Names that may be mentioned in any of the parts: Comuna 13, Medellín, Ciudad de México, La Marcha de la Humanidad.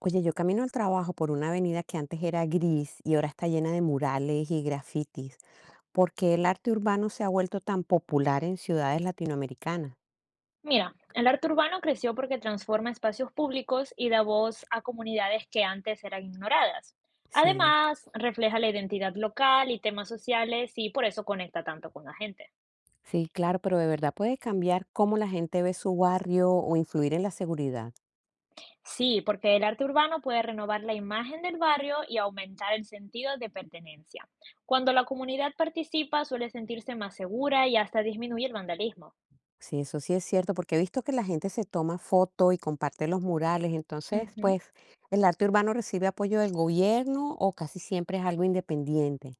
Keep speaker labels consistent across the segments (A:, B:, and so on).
A: Oye, yo camino al trabajo por una avenida que antes era gris y ahora está llena de murales y grafitis. ¿Por qué el arte urbano se ha vuelto tan popular en ciudades latinoamericanas?
B: Mira, el arte urbano creció porque transforma espacios públicos y da voz a comunidades que antes eran ignoradas.
A: Sí.
B: Además, refleja la identidad local y temas sociales y por eso conecta tanto con la gente.
A: Sí, claro, pero de verdad puede cambiar cómo la gente ve su barrio o influir en la seguridad.
B: Sí, porque el arte urbano puede renovar la imagen del barrio y aumentar el sentido de pertenencia. Cuando la comunidad participa, suele sentirse más segura y hasta disminuye el vandalismo.
A: Sí, eso sí es cierto, porque he visto que la gente se toma foto y comparte los murales. Entonces,
B: Ujú.
A: pues, ¿el arte urbano recibe apoyo del gobierno o casi siempre es algo independiente?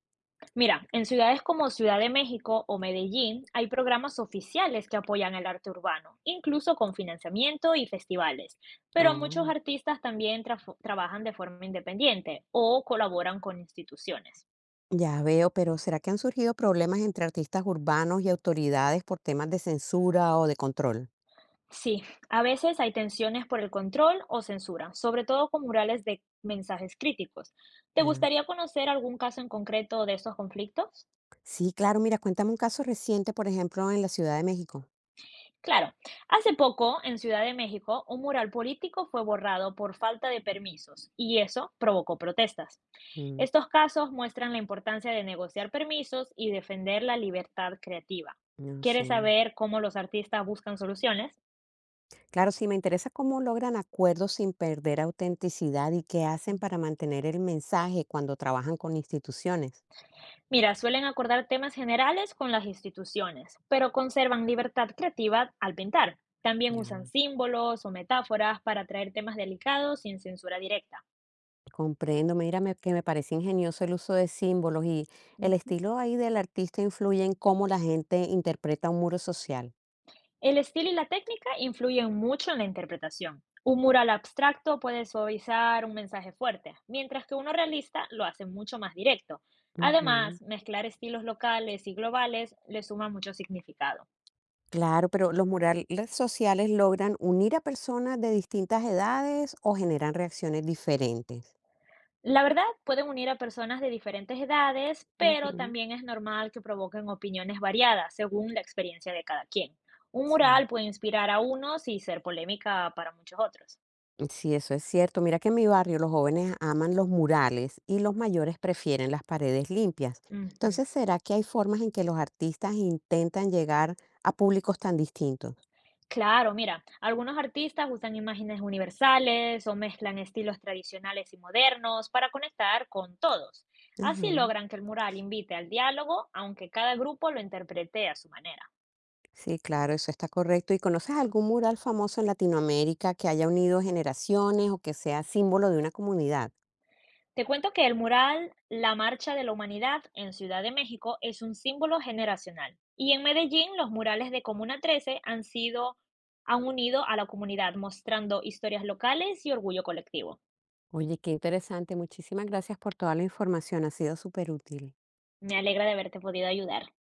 B: Mira, en ciudades como Ciudad de México o Medellín hay programas oficiales que apoyan el arte urbano, incluso con financiamiento y festivales, pero muchos
A: Oh.
B: artistas también trabajan de forma independiente o colaboran con instituciones.
A: Ya veo, pero ¿será que han surgido problemas entre artistas urbanos y autoridades por temas de censura o de control?
B: Sí, a veces hay tensiones por el control o censura, sobre todo con murales de mensajes críticos. ¿Te
A: Ya.
B: gustaría conocer algún caso en concreto de estos conflictos?
A: Sí, claro, mira, cuéntame un caso reciente, por ejemplo, en la Ciudad de México.
B: Claro, hace poco en Ciudad de México un mural político fue borrado por falta de permisos y eso provocó protestas.
A: Mm,
B: Estos casos muestran la importancia de negociar permisos y defender la libertad creativa.
A: no
B: ¿Quieres
A: sé.
B: saber cómo los artistas buscan soluciones?
A: Claro, sí, me interesa cómo logran acuerdos sin perder autenticidad y qué hacen para mantener el mensaje cuando trabajan con instituciones.
B: Mira, suelen acordar temas generales con las instituciones, pero conservan libertad creativa al pintar. También
A: Ya,
B: usan símbolos o metáforas para traer temas delicados sin censura directa.
A: comprendo, mira, que me parece ingenioso el uso de símbolos y el
B: Ujú.
A: estilo ahí del artista influye en cómo la gente interpreta un muro social.
B: El estilo y la técnica influyen mucho en la interpretación. Un mural abstracto puede suavizar un mensaje fuerte, mientras que uno realista lo hace mucho más directo.
A: Ujú.
B: Además, mezclar estilos locales y globales le suma mucho significado.
A: Claro, pero los murales sociales logran unir a personas de distintas edades o generan reacciones diferentes.
B: La verdad, pueden unir a personas de diferentes edades, pero
A: Ujú.
B: también es normal que provoquen opiniones variadas según la experiencia de cada quien. Un
A: Sí,
B: mural puede inspirar a unos y ser polémica para muchos otros.
A: sí, eso es cierto. Mira que en mi barrio los jóvenes aman los murales y los mayores prefieren las paredes limpias.
B: Ujú.
A: Entonces, ¿será que hay formas en que los artistas intentan llegar a públicos tan distintos?
B: Claro, mira, algunos artistas usan imágenes universales o mezclan estilos tradicionales y modernos para conectar con todos.
A: Ajá.
B: Así logran que el mural invite al diálogo, aunque cada grupo lo interprete a su manera.
A: Sí, claro, eso está correcto. ¿Y conoces algún mural famoso en Latinoamérica que haya unido generaciones o que sea símbolo de una comunidad?
B: Te cuento que el mural La Marcha de la Humanidad en Ciudad de México es un símbolo generacional. Y en Medellín, los murales de Comuna 13 han sido, han unido a la comunidad, mostrando historias locales y orgullo colectivo.
A: Oye, qué interesante. Muchísimas gracias por toda la información. Ha sido súper útil.
B: Me alegra de haberte podido ayudar.